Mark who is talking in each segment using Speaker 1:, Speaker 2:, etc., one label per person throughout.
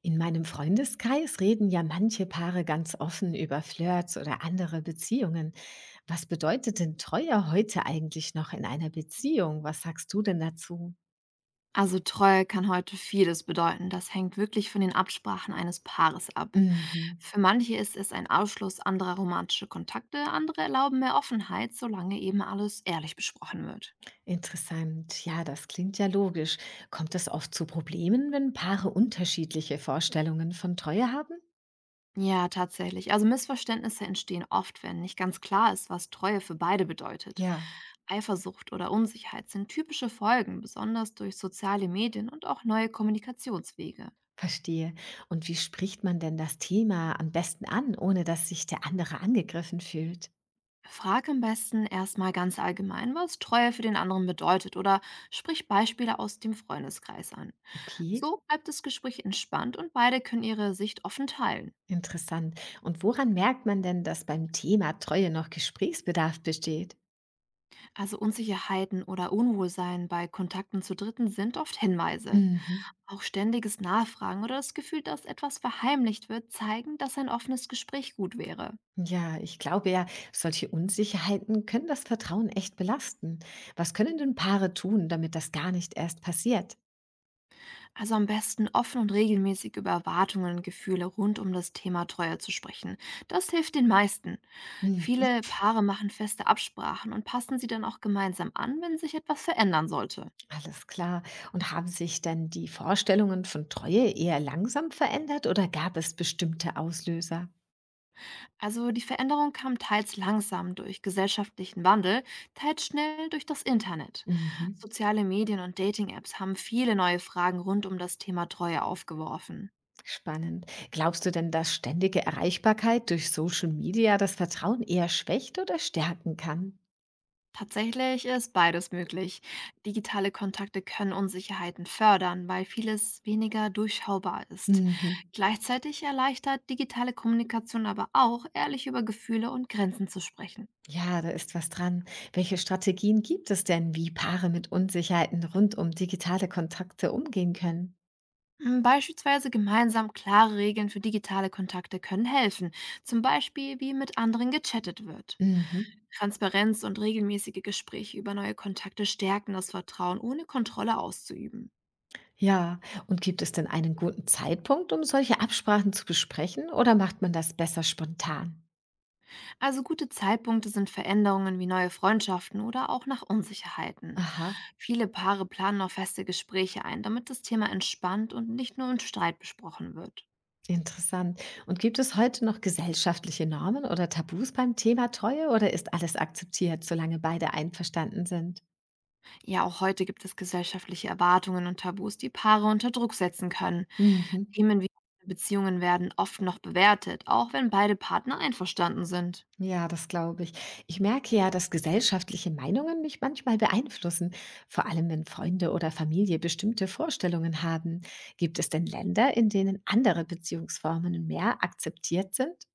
Speaker 1: In meinem Freundeskreis reden ja manche Paare ganz offen über Flirts oder andere Beziehungen. Was bedeutet denn Treue heute eigentlich noch in einer Beziehung? Was sagst du denn dazu?
Speaker 2: Also Treue kann heute vieles bedeuten. Das hängt wirklich von den Absprachen eines Paares ab.
Speaker 1: Mhm.
Speaker 2: Für manche ist es ein Ausschluss anderer romantischer Kontakte, andere erlauben mehr Offenheit, solange eben alles ehrlich besprochen wird.
Speaker 1: Interessant. Ja, das klingt ja logisch. Kommt es oft zu Problemen, wenn Paare unterschiedliche Vorstellungen von Treue haben?
Speaker 2: Ja, tatsächlich. Also Missverständnisse entstehen oft, wenn nicht ganz klar ist, was Treue für beide bedeutet.
Speaker 1: Ja.
Speaker 2: Eifersucht oder Unsicherheit sind typische Folgen, besonders durch soziale Medien und auch neue Kommunikationswege.
Speaker 1: Verstehe. Und wie spricht man denn das Thema am besten an, ohne dass sich der andere angegriffen fühlt?
Speaker 2: Frag am besten erstmal ganz allgemein, was Treue für den anderen bedeutet, oder sprich Beispiele aus dem Freundeskreis an.
Speaker 1: Okay.
Speaker 2: So bleibt das Gespräch entspannt und beide können ihre Sicht offen teilen.
Speaker 1: Interessant. Und woran merkt man denn, dass beim Thema Treue noch Gesprächsbedarf besteht?
Speaker 2: Also Unsicherheiten oder Unwohlsein bei Kontakten zu Dritten sind oft Hinweise.
Speaker 1: Mhm.
Speaker 2: Auch ständiges Nachfragen oder das Gefühl, dass etwas verheimlicht wird, zeigen, dass ein offenes Gespräch gut wäre.
Speaker 1: Ja, ich glaube ja, solche Unsicherheiten können das Vertrauen echt belasten. Was können denn Paare tun, damit das gar nicht erst passiert?
Speaker 2: Also am besten offen und regelmäßig über Erwartungen und Gefühle rund um das Thema Treue zu sprechen. Das hilft den meisten.
Speaker 1: Mhm.
Speaker 2: Viele Paare machen feste Absprachen und passen sie dann auch gemeinsam an, wenn sich etwas verändern sollte.
Speaker 1: Alles klar. Und haben sich denn die Vorstellungen von Treue eher langsam verändert oder gab es bestimmte Auslöser?
Speaker 2: Also die Veränderung kam teils langsam durch gesellschaftlichen Wandel, teils schnell durch das Internet.
Speaker 1: Mhm.
Speaker 2: Soziale Medien und Dating-Apps haben viele neue Fragen rund um das Thema Treue aufgeworfen.
Speaker 1: Spannend. Glaubst du denn, dass ständige Erreichbarkeit durch Social Media das Vertrauen eher schwächt oder stärken kann?
Speaker 2: Tatsächlich ist beides möglich. Digitale Kontakte können Unsicherheiten fördern, weil vieles weniger durchschaubar ist.
Speaker 1: Mhm.
Speaker 2: Gleichzeitig erleichtert digitale Kommunikation aber auch, ehrlich über Gefühle und Grenzen zu sprechen.
Speaker 1: Ja, da ist was dran. Welche Strategien gibt es denn, wie Paare mit Unsicherheiten rund um digitale Kontakte umgehen können?
Speaker 2: Beispielsweise gemeinsam klare Regeln für digitale Kontakte können helfen, zum Beispiel wie mit anderen gechattet wird.
Speaker 1: Mhm.
Speaker 2: Transparenz und regelmäßige Gespräche über neue Kontakte stärken das Vertrauen, ohne Kontrolle auszuüben.
Speaker 1: Ja, und gibt es denn einen guten Zeitpunkt, um solche Absprachen zu besprechen oder macht man das besser spontan?
Speaker 2: Also gute Zeitpunkte sind Veränderungen wie neue Freundschaften oder auch nach Unsicherheiten.
Speaker 1: Aha,
Speaker 2: Viele Paare planen auch feste Gespräche ein, damit das Thema entspannt und nicht nur im Streit besprochen wird.
Speaker 1: interessant. Und gibt es heute noch gesellschaftliche Normen oder Tabus beim Thema Treue oder ist alles akzeptiert, solange beide einverstanden sind?
Speaker 2: Ja, auch heute gibt es gesellschaftliche Erwartungen und Tabus, die Paare unter Druck setzen können.
Speaker 1: Mhm.
Speaker 2: Themen wie Beziehungen werden oft noch bewertet, auch wenn beide Partner einverstanden sind.
Speaker 1: Ja, das glaube ich. Ich merke ja, dass gesellschaftliche Meinungen mich manchmal beeinflussen, vor allem wenn Freunde oder Familie bestimmte Vorstellungen haben. Gibt es denn Länder, in denen andere Beziehungsformen mehr akzeptiert sind?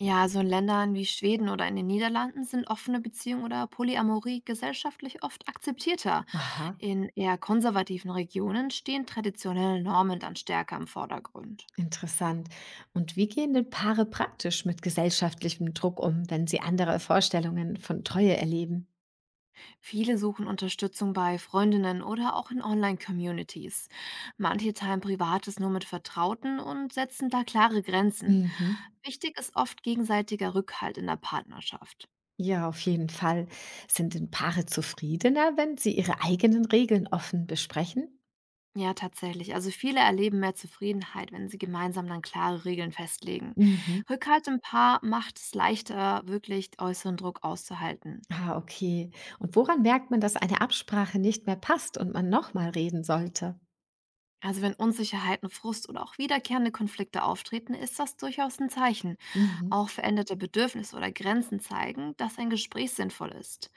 Speaker 2: Ja, so in Ländern wie Schweden oder in den Niederlanden sind offene Beziehungen oder Polyamorie gesellschaftlich oft akzeptierter.
Speaker 1: Aha.
Speaker 2: In eher konservativen Regionen stehen traditionelle Normen dann stärker im Vordergrund.
Speaker 1: Interessant. Und wie gehen denn Paare praktisch mit gesellschaftlichem Druck um, wenn sie andere Vorstellungen von Treue erleben?
Speaker 2: Viele suchen Unterstützung bei Freundinnen oder auch in Online-Communities. Manche teilen Privates nur mit Vertrauten und setzen da klare Grenzen.
Speaker 1: Mhm.
Speaker 2: Wichtig ist oft gegenseitiger Rückhalt in der Partnerschaft.
Speaker 1: Ja, auf jeden Fall. Sind denn Paare zufriedener, wenn sie ihre eigenen Regeln offen besprechen?
Speaker 2: Ja, tatsächlich. Also viele erleben mehr Zufriedenheit, wenn sie gemeinsam dann klare Regeln festlegen.
Speaker 1: Mhm.
Speaker 2: Rückhalt im Paar macht es leichter, wirklich äußeren Druck auszuhalten.
Speaker 1: Ah, okay. Und woran merkt man, dass eine Absprache nicht mehr passt und man nochmal reden sollte?
Speaker 2: Also wenn Unsicherheiten, Frust oder auch wiederkehrende Konflikte auftreten, ist das durchaus ein Zeichen.
Speaker 1: Mhm.
Speaker 2: Auch veränderte Bedürfnisse oder Grenzen zeigen, dass ein Gespräch sinnvoll ist.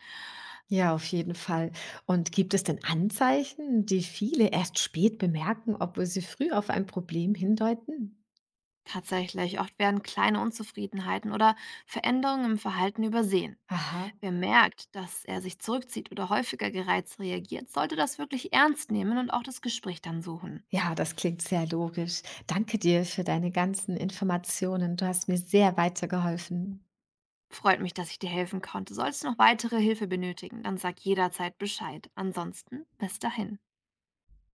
Speaker 1: Ja, auf jeden Fall. Und gibt es denn Anzeichen, die viele erst spät bemerken, obwohl sie früh auf ein Problem hindeuten?
Speaker 2: Tatsächlich, oft werden kleine Unzufriedenheiten oder Veränderungen im Verhalten übersehen.
Speaker 1: Aha.
Speaker 2: Wer merkt, dass er sich zurückzieht oder häufiger gereizt reagiert, sollte das wirklich ernst nehmen und auch das Gespräch dann suchen.
Speaker 1: Ja, das klingt sehr logisch. Danke dir für deine ganzen Informationen. Du hast mir sehr weitergeholfen.
Speaker 2: Freut mich, dass ich dir helfen konnte. Sollst du noch weitere Hilfe benötigen, dann sag jederzeit Bescheid. Ansonsten, bis dahin.